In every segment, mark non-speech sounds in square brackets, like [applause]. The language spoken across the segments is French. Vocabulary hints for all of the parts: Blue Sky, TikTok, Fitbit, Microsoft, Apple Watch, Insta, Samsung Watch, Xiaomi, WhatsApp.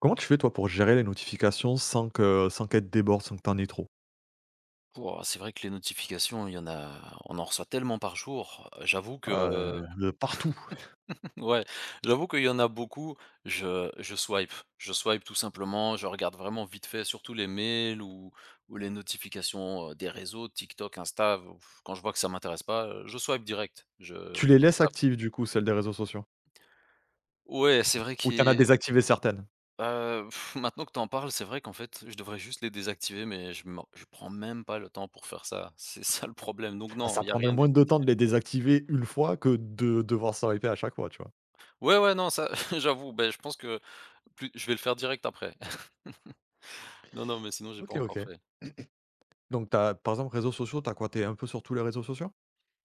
Comment tu fais toi pour gérer les notifications sans qu'elles te débordent, sans que tu aies trop? Ouah, c'est vrai que les notifications, il y en a on en reçoit tellement par jour. J'avoue Heu, que, de partout. [laughs] ouais, j'avoue qu'il y en a beaucoup, je swipe. Je swipe tout simplement, je regarde vraiment vite fait, surtout les mails ou les notifications, des réseaux, TikTok, Insta, Ouf, quand je vois que ça m'intéresse pas, je swipe direct. Je Tu les laisses actives du coup, celles des réseaux sociaux? Ouais, c'est vrai Ou t'en as qui désactivé certaines? heu, maintenant que t'en parles, c'est vrai qu'en fait, je devrais juste les désactiver mais je prends même pas le temps pour faire ça. C'est ça le problème, donc Ah, non, ça il y a prendrait rien. moins de temps de les désactiver une fois que de devoir s'en répéter à chaque fois, tu vois? Ouais, ouais, non, ça, [laughs] j'avoue, ben je pense que plus je vais le faire direct après. [laughs] Non, non, mais sinon j'ai pas OK, encore OK. fait. Donc t'as par exemple réseaux sociaux, t'as quoi? T'es un peu sur tous les réseaux sociaux?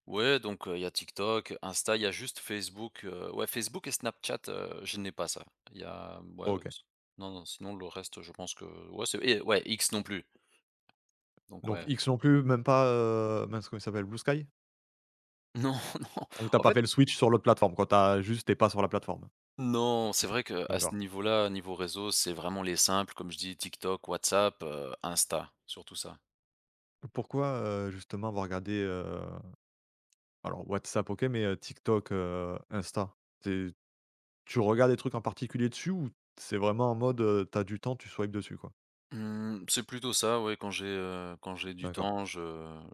Ouais, donc, il y a TikTok, Insta, il y a juste Facebook, ouais, Facebook et Snapchat, je n'ai pas ça. Il y a ouais, OK. s non, non, sinon le reste, je pense que ouais, c'est et ouais, X non plus, donc Donc ouais. X non plus, même pas, mince comment il s'appelle? Blue Sky? Non, [laughs] non, Donc t'as en pas fait, fait le switch sur l'autre plateforme quand t'es pas sur la plateforme? non, c'est vrai que à ce D'accord. niveau-là, niveau réseau, c'est vraiment les simples, comme je dis, TikTok, WhatsApp, Insta, surtout ça. Pourquoi, justement avoir regardé. Alors WhatsApp, OK, mais TikTok, Insta, c'est tu regardes des trucs en particulier dessus ou c'est vraiment en mode, tu du temps, tu swipes dessus, quoi? Mmh, c'est plutôt ça, ouais, quand j'ai du D'accord. temps, je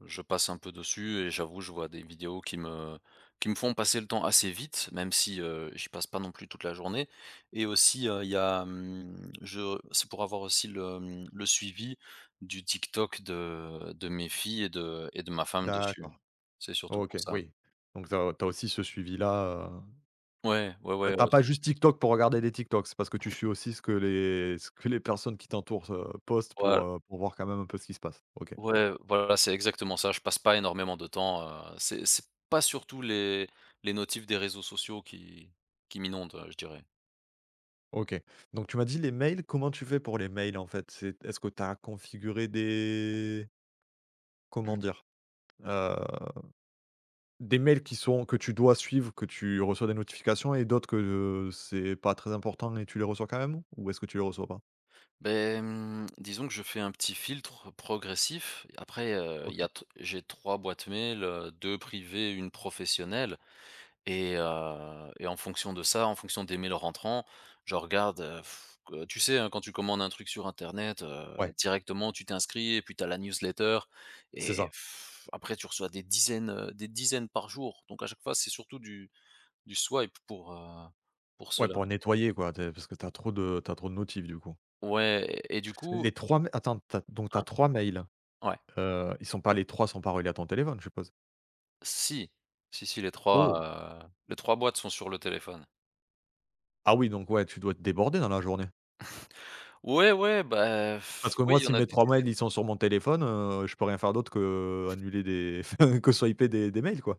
je passe un peu dessus et j'avoue, je vois des vidéos qui me font passer le temps assez vite, même si, j'y passe pas non plus toute la journée et aussi, il y a, je c'est pour avoir aussi le suivi du TikTok de mes filles et de ma femme dessus. D'accord. C'est surtout pour OK, ça. oui. Donc t'as as aussi ce suivi-là, Ouais, ouais, bah, ouais, pas juste TikTok pour regarder des TikToks, c'est parce que tu suis aussi ce que les personnes qui t'entourent, postent ouais. Pour voir quand même un peu ce qui se passe. OK, Ouais, voilà, c'est exactement ça. Je passe pas énormément de temps, c'est pas surtout les notifs des réseaux sociaux qui m'inondent, je dirais. OK. Donc tu m'as dit les mails, comment tu fais pour les mails, en fait? C'est Est-ce que tu as configuré des, comment Mmh. dire? Des mails qui sont que tu dois suivre, que tu reçois des notifications et d'autres que, c'est pas très important et tu les reçois quand même? Ou est-ce que tu les reçois pas? Beh, disons que je fais un petit filtre progressif. Après, il y OK, a t j'ai 3 boîtes mail, 2 privées, une professionnelle. Et en fonction de ça, en fonction des mails rentrants, je regarde, que tu sais, hein, quand tu commandes un truc sur internet, ouais, directement tu t'inscris et puis tu as la newsletter c'est et ça. pff, après tu reçois des dizaines par jour. Donc à chaque fois, c'est surtout du swipe pour Ouais, cela. pour nettoyer quoi, tu parce que t'as trop de notifs du coup. Ouais et du coup, Les 3 mai attends, tu donc t'as hein? 3 mails, Ouais. Ils sont pas les 3 sont pas reliés à ton téléphone, je suppose? Si, si, si, Oh! Les 3 boîtes sont sur le téléphone. Ah oui, donc ouais, tu dois être débordé dans la journée. Ouais, ouais, bah, Parce pff, que oui, moi, il y si en a mes des 3 mails, dizaines. ils sont sur mon téléphone, je peux rien faire d'autre que annuler des [laughs] que swiper des mails quoi.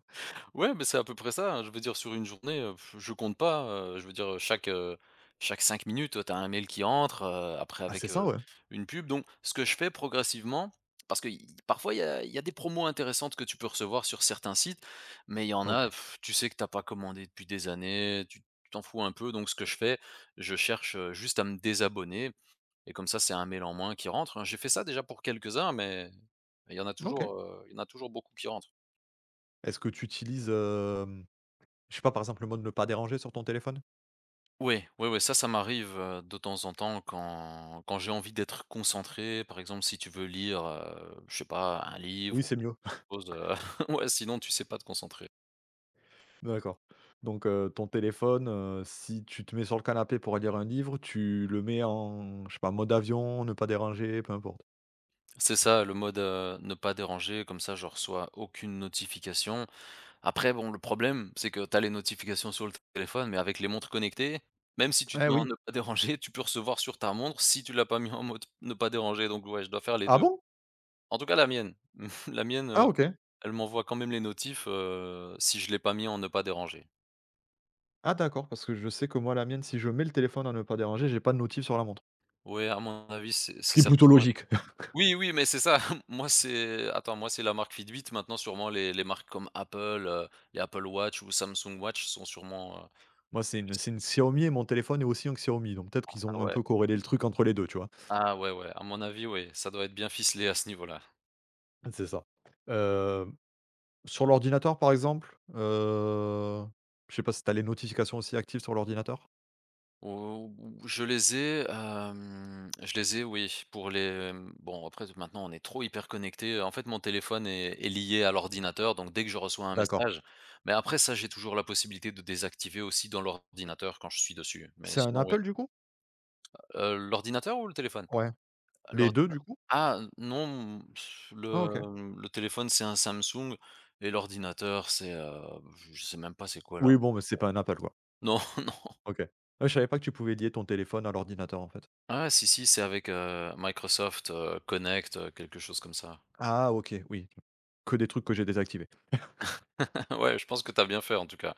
Ouais, mais c'est à peu près ça, hein. Je veux dire sur une journée, pff, je compte pas, je veux dire, chaque 5 minutes, tu as un mail qui entre, après Ah c'est avec, ça ouais? une pub, donc ce que je fais progressivement parce que y parfois il y a des promos intéressantes que tu peux recevoir sur certains sites, mais il y en a, OK. pff, tu sais que t'as pas commandé depuis des années, tu t'en fous un peu, donc ce que je fais, je cherche, juste à me désabonner et comme ça c'est un mail en moins qui rentre, hein. J'ai fait ça déjà pour quelques-uns mais il y en a OK. toujours, il y en a toujours beaucoup qui rentrent. Est-ce que tu utilises, je sais pas, par exemple, le mode «ne pas déranger» sur ton téléphone? Ouais, ouais, ouais, ça m'arrive, de temps en temps quand j'ai envie d'être concentré. Par exemple, si tu veux lire, je sais pas, un livre Oui, ou c'est mieux. quelque chose, [laughs] ouais, sinon tu sais pas te concentrer. [laughs] D'accord. Donc ton téléphone, si tu te mets sur le canapé pour lire un livre, tu le mets en, je sais pas, mode avion, ne pas déranger, peu importe? C'est ça le mode, ne pas déranger, comme ça je reçois aucune notification. Après bon, le problème, c'est que tu as les notifications sur le téléphone, mais avec les montres connectées, même si tu te Eh mets en oui. ne pas déranger, tu peux recevoir sur ta montre si tu l'as pas mis en mode ne pas déranger, donc ouais, je dois faire les Ah 2. bon? En tout cas la mienne. [laughs] La mienne, Ah OK. elle m'envoie quand même les notifs, si je l'ai pas mis en ne pas déranger. Ah d'accord, parce que je sais que moi, la mienne, si je mets le téléphone en ne pas déranger, j'ai pas de notif sur la montre. Ouais, à mon avis, c'est Ce c'est qui est plutôt certainement logique. [laughs] oui, oui, mais c'est ça. [laughs] Moi, c'est attends, moi, c'est la marque Fitbit. Maintenant, sûrement les marques comme Apple, les Apple Watch ou Samsung Watch sont sûrement, Moi, c'est une Xiaomi et mon téléphone est aussi un Xiaomi, donc peut-être qu'ils ah ont un ouais, peu corrélé le truc entre les deux, tu vois? ah ouais, ouais, à mon avis, ouais, ça doit être bien ficelé à ce niveau-là. [laughs] C'est ça. Hem, sur l'ordinateur, par exemple, je sais pas si tu as les notifications aussi actives sur l'ordinateur? Ou je les ai, oui, pour les, mmh, bon, après maintenant, on est trop hyper connecté. En fait, mon téléphone est lié à l'ordinateur, donc dès que je reçois un D'accord. message, mais après ça, j'ai toujours la possibilité de désactiver aussi dans l'ordinateur quand je suis dessus, mais C'est un sinon, oui. Apple, du coup? L'ordinateur ou le téléphone? Ouais. Les 2, L'ordina du coup? ah non, Ah OK. le téléphone, c'est un Samsung et l'ordinateur, c'est, je sais même pas c'est quoi là. Oui, bon, mais c'est pas un Apple, quoi. Non. [laughs] OK. Ah, je savais pas que tu pouvais lier ton téléphone à l'ordinateur, en fait. Ah si, si, c'est avec, Microsoft, Connect, quelque chose comme ça. Ah OK, oui, que des trucs que j'ai désactivés. [laughs] Ouais, je pense que t'as bien fait en tout cas.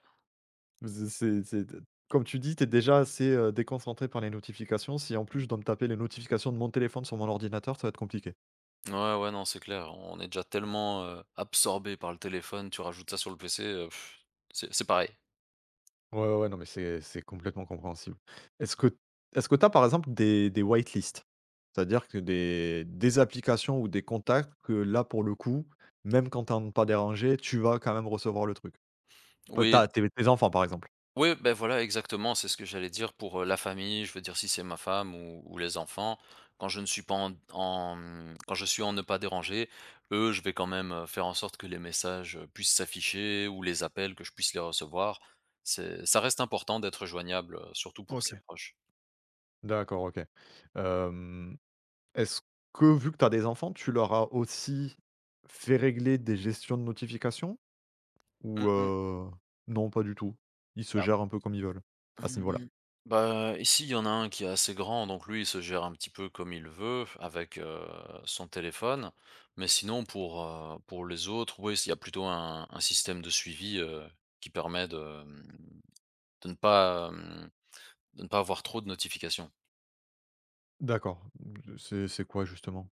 C'est comme tu dis, tu es déjà assez, déconcentré par les notifications. Si, en plus, je dois me taper les notifications de mon téléphone sur mon ordinateur, ça va être compliqué. Ouais, ouais, non, c'est clair, on est déjà tellement, absorbés par le téléphone, tu rajoutes ça sur le PC, c'est pareil. Ouais, ouais, ouais, non, mais c'est complètement compréhensible. Est-ce que est-ce que tu as par exemple des whitelists? C'est-à-dire que des applications ou des contacts que là, pour le coup, même quand t'en entends pas déranger, tu vas quand même recevoir le truc? Pe Oui. tu tes tes enfants, par exemple? Oui, ben voilà, exactement, c'est ce que j'allais dire pour, la famille, je veux dire si c'est ma femme ou les enfants. Quand je ne suis pas quand je suis en ne pas déranger, eux, je vais quand même, faire en sorte que les messages, puissent s'afficher ou les appels que je puisse les recevoir. C'est Ça reste important d'être joignable, surtout pour ses OK. proches. D'accord, OK. Hem, est-ce que vu que tu as des enfants, tu leur as aussi fait régler des gestions de notifications? Mmh Ou mh. Non, pas du tout. Ils se gèrent un peu comme ils veulent, à ce niveau-là. Mmh. Bah, ici, il y en a un qui est assez grand, donc lui, il se gère un petit peu comme il veut avec, son téléphone. Mais sinon pour les autres, oui, il y a plutôt un système de suivi, qui permet de, mmh, de ne pas, hem, de ne pas avoir trop de notifications. D'accord, mmh, c'est quoi justement?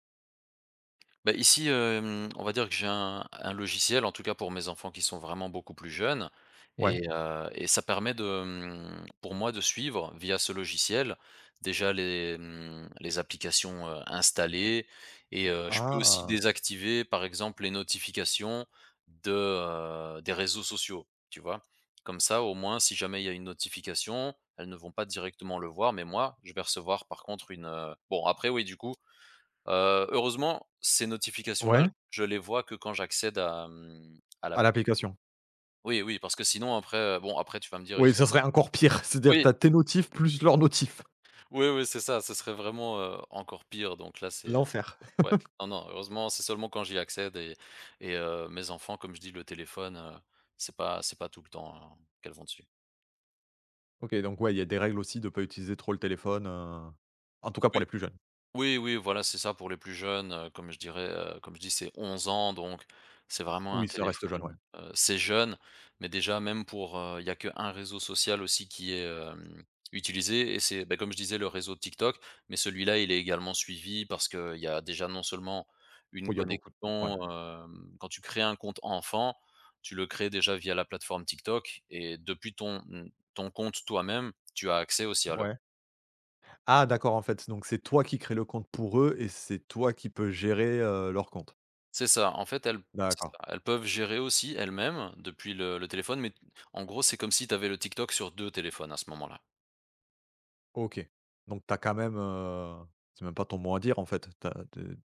Bah, ici, hem, on va dire que j'ai un logiciel, en tout cas pour mes enfants qui sont vraiment beaucoup plus jeunes Ouais. et ça permet de, pour moi de suivre via ce logiciel déjà les applications, installées et je peux aussi Ah! désactiver par exemple les notifications de, des réseaux sociaux, tu vois? Comme ça au moins si jamais il y a une notification, elles ne vont pas directement le voir mais moi je vais recevoir par contre une, bon après oui du coup. Heureusement, ces notifications-là, Ouais? je les vois que quand j'accède à À l'appli. l'application. Oui, oui, parce que sinon après, bon, après tu vas me dire Oui, ils ça serait encore pire, [laughs] c'est-à-dire oui, t'as tes notifs plus leurs notifs. oui, oui, c'est ça, ce serait vraiment, encore pire, donc là c'est L'enfer. ouais, non, non, heureusement, c'est seulement quand j'y accède et mes enfants, comme je dis, le téléphone, c'est pas tout le temps, hein, qu'elles vont dessus. OK, donc ouais, il y a des règles aussi de pas utiliser trop le téléphone, en tout cas pour Oui. les plus jeunes. Oui, oui, voilà, c'est ça pour les plus jeunes, comme je dirais, comme je dis, c'est 11 ans, donc c'est vraiment un Oui, ça reste jeune, téléphone, ouais. C'est jeune, mais déjà même pour, il y a qu'un réseau social aussi qui est, hem, utilisé et c'est, bah, comme je disais, le réseau TikTok, mais celui-là, il est également suivi parce qu'il y a déjà non seulement une Oui, il y a connexion, beaucoup de, ouais. hem, quand tu crées un compte enfant, tu le crées déjà via la plateforme TikTok et depuis ton compte toi-même, tu as accès aussi à leur. Ouais. Ah d'accord, en fait, donc c'est toi qui crée le compte pour eux et c'est toi qui peux gérer, leur compte? C'est ça, en fait, elles c'est D'accord, ça, elles peuvent gérer aussi elles-mêmes depuis le téléphone, mais en gros, c'est comme si tu avais le TikTok sur 2 téléphones à ce moment-là. OK. Donc t'as quand même, c'est même pas ton mot à dire, en fait. Tu as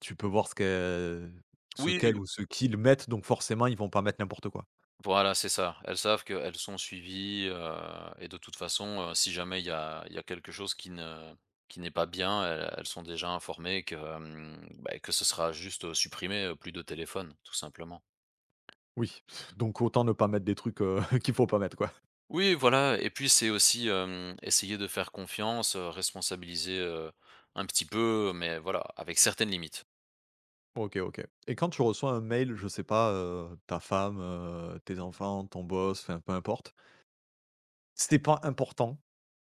tu peux voir ce qu'elles ce Oui. qu'elles ou ce qu'ils mettent, donc forcément, ils vont pas mettre n'importe quoi. Voilà, c'est ça. Elles savent qu'elles sont suivies, et de toute façon, si jamais il y a quelque chose qui n'est pas bien, elles sont déjà informées que, hem, bah, que ce sera juste, supprimé, plus de téléphone, tout simplement. Oui, donc autant ne pas mettre des trucs, [laughs] qu'il faut pas mettre, quoi. Oui, voilà et puis c'est aussi, hem, essayer de faire confiance, responsabiliser, un petit peu, mais voilà, avec certaines limites. OK, OK. Et quand tu reçois un mail, je sais pas, ta femme, tes enfants, ton boss, enfin peu importe, c'était pas important,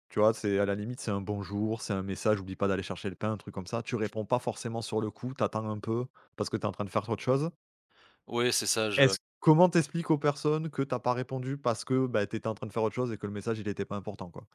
tu vois? C'est, à la limite, c'est un bonjour, c'est un message: «Oublie pas d'aller chercher le pain», un truc comme ça. Tu réponds pas forcément sur le coup, t'attends un peu parce que t'es en train de faire autre chose. Oui, c'est ça, je Est-ce Comment t'expliques aux personnes que t'as pas répondu parce que, bah, tu en train de faire autre chose et que le message il était pas important, quoi?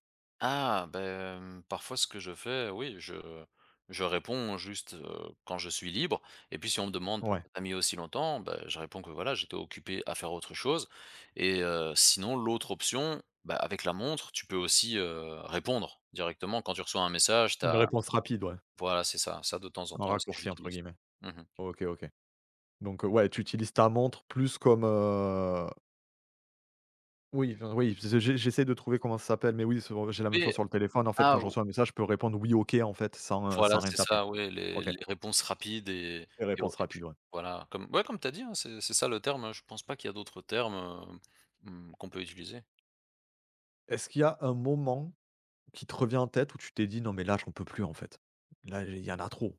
ah, ben, parfois ce que je fais, oui, je réponds juste, quand je suis libre et puis si on me demande: Ouais, «Pourquoi t'as mis aussi longtemps?» ben je réponds que, voilà, j'étais occupé à faire autre chose et sinon l'autre option, ben avec la montre, tu peux aussi, répondre directement quand tu reçois un message, une T'as réponse rapide, ouais, voilà, c'est ça de temps en un temps aussi raccourci entre j'utilise. guillemets. Mmh. OK, OK. Donc, ouais, tu utilises ta montre plus comme, oui, enfin, oui, j'essaie de trouver comment ça s'appelle, mais oui, sur j'ai la même Oui, chose sur le téléphone, en fait, ah, quand je ou reçois un message, je peux répondre: «Oui, OK», en fait, sans, heu, voilà, sans rien c'est taper. ça, oui, les OK, les réponses rapides et les réponses rapides, ouais. voilà, comme ouais, comme tu as dit, hein, c'est ça le terme, hein, je pense pas qu'il y a d'autres termes, mmh, qu'on peut utiliser. Est-ce qu'il y a un moment qui te revient en tête où tu t'es dit: «Non, mais là, j'en peux plus, en fait. Là, il y en a trop».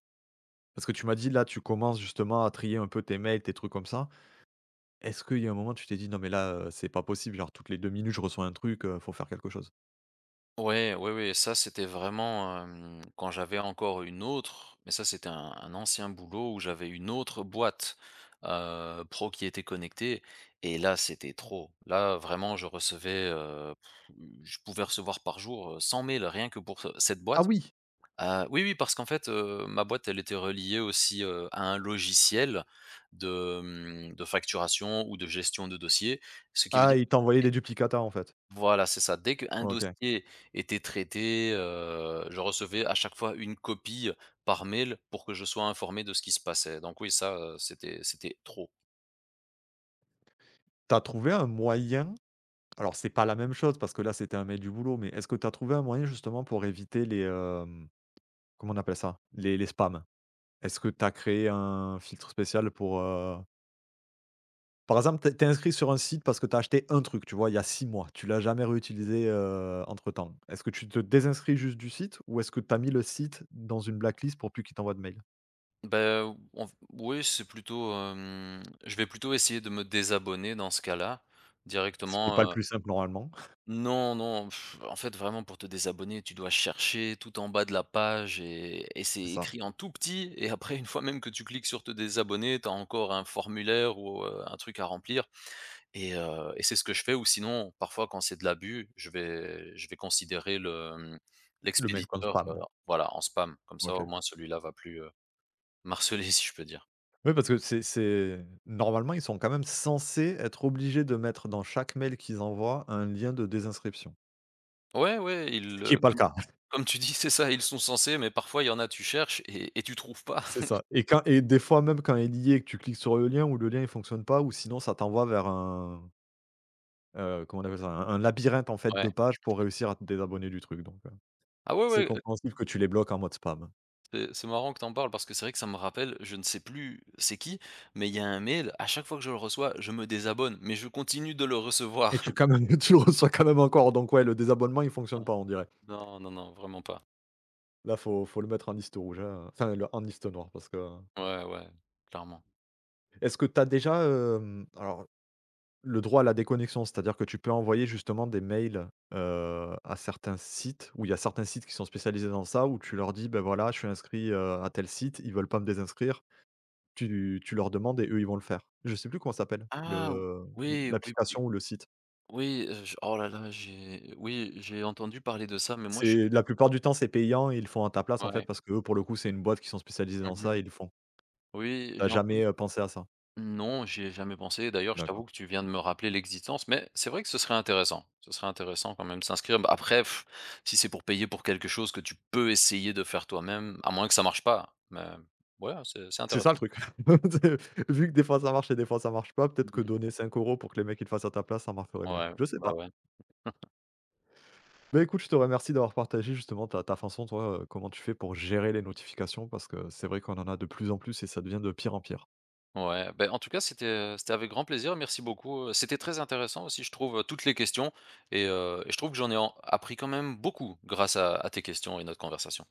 Parce que tu m'as dit, là, tu commences justement à trier un peu tes mails, tes trucs comme ça. Est-ce qu'il y a un moment où tu t'es dit: «Non, mais là, c'est pas possible, genre toutes les 2 minutes, je reçois un truc, faut faire quelque chose»? Ouais, ouais, ouais, ça c'était vraiment, hem, quand j'avais encore une autre mais ça c'était un ancien boulot où j'avais une autre boîte, pro qui était connectée et là c'était trop. Là vraiment je recevais, je pouvais recevoir par jour, 100 mails rien que pour ce cette Ah boîte. oui! Oui, oui, parce qu'en fait, ma boîte, elle était reliée aussi, à un logiciel de facturation ou de gestion de dossier. Ce qui veut Ah, dire il t'a envoyé des duplicata, en fait. voilà, c'est ça. Dès qu'un OK. dossier était traité, je recevais à chaque fois une copie par mail pour que je sois informé de ce qui se passait. Donc oui, ça, c'était trop. T'as trouvé un moyen Alors c'est pas la même chose parce que là, c'était un mail du boulot, mais est-ce que tu as trouvé un moyen justement pour éviter les, comment on appelle ça? Les spams? Est-ce que tu as créé un filtre spécial pour, par exemple, tu inscrit sur un site parce que tu as acheté un truc, tu vois, il y a 6 mois, tu l'as jamais réutilisé, entre-temps. Est-ce que tu te désinscris juste du site ou est-ce que tu as mis le site dans une blacklist pour plus qu'il t'envoie de mail? Ben, on oui, c'est plutôt, hem, je vais plutôt essayer de me désabonner dans ce cas-là. Mmh. Ce qui est pas le Directement, plus simple normalement. [laughs] non, non, pff, en fait, vraiment, pour te désabonner, tu dois chercher tout en bas de la page et c'est C'est ça, écrit en tout petit. Et après, une fois même que tu cliques sur te désabonner, tu as encore un formulaire ou un truc à remplir. Et c'est ce que je fais. Ou sinon, parfois, quand c'est de l'abus, je vais considérer le mail comme l'expéditeur, spam. voilà, en spam. Comme ça, au OK. moins, celui-là va plus marceler, [laughs] si je peux dire. Oui, parce que c'est normalement, ils sont quand même censés être obligés de mettre dans chaque mail qu'ils envoient un lien de désinscription. Ouais, ouais, Ce qui est pas le comme cas. [laughs] comme tu dis, c'est ça, ils sont censés, mais parfois, il y en a, tu cherches et tu trouves pas. C'est ça et quand [laughs] et des fois même quand il y est, que tu cliques sur le lien ou le lien il fonctionne pas ou sinon ça t'envoie vers un, comment on appelle ça? Un labyrinthe en fait Ouais. de pages pour réussir à te désabonner du truc donc Ah ouais, c'est ouais, compréhensible que tu les bloques en mode spam c'est marrant que t'en parles parce que c'est vrai que ça me rappelle, je ne sais plus c'est qui, mais il y a un mail, à chaque fois que je le reçois, je me désabonne, mais je continue de le et recevoir. tu quand même [laughs] tu le reçois quand même encore donc ouais, le désabonnement il fonctionne [laughs] pas on dirait. Non, non, non, non, vraiment pas. Là, faut le mettre en liste rouge, hein, enfin le en liste noire parce que, Ouais, ouais, clairement. est-ce que tu as déjà, alors le droit à la déconnexion, c'est-à-dire que tu peux envoyer justement des mails, à certains sites où il y a certains sites qui sont spécialisés dans ça, où tu leur dis: ben voilà, je suis inscrit, à tel site, ils veulent pas me désinscrire». Tu leur demandes et eux, ils vont le faire. Je sais plus comment ça s'appelle, Ah! le Oui, oui, oui, l'application ou le site. oui, je oh là là, j'ai oui, j'ai entendu parler de ça, mais moi je suis C'est la plupart du temps, c'est payant et ils le font à ta place, en fait, ouais. parce que eux pour le coup, c'est une boîte qui sont spécialisés dans Mmh. ça, ils le font. Oui, T'as j'ai entendu. jamais, pensé à ça? Non, j'y ai jamais pensé. D'ailleurs, je t'avoue D'accord. que tu viens de me rappeler l'existence, mais c'est vrai que ce serait intéressant. Ce serait intéressant quand même de s'inscrire. Bah, après, pff, si c'est pour payer pour quelque chose que tu peux essayer de faire toi-même, à moins que ça marche pas. Mais ouais, c'est C'est ça intéressant. le truc. [laughs] C'est- Vu que des fois ça marche et des fois ça marche pas, peut-être que Mhm. donner 5 euros pour que les mecs ils le fassent à ta place, ça marcherait mieux. Ouais, Je sais bah pas. ouais. [laughs] Bah, écoute, je te remercie d'avoir partagé justement ta façon, toi, comment tu fais pour gérer les notifications parce que c'est vrai qu'on en a de plus en plus et ça devient de pire en pire. Ouais, ben, en tout cas, c'était avec grand plaisir. Merci beaucoup. C'était très intéressant aussi, je trouve, toutes les questions. Et je trouve que j'en ai appris quand même beaucoup grâce à tes questions et notre conversation.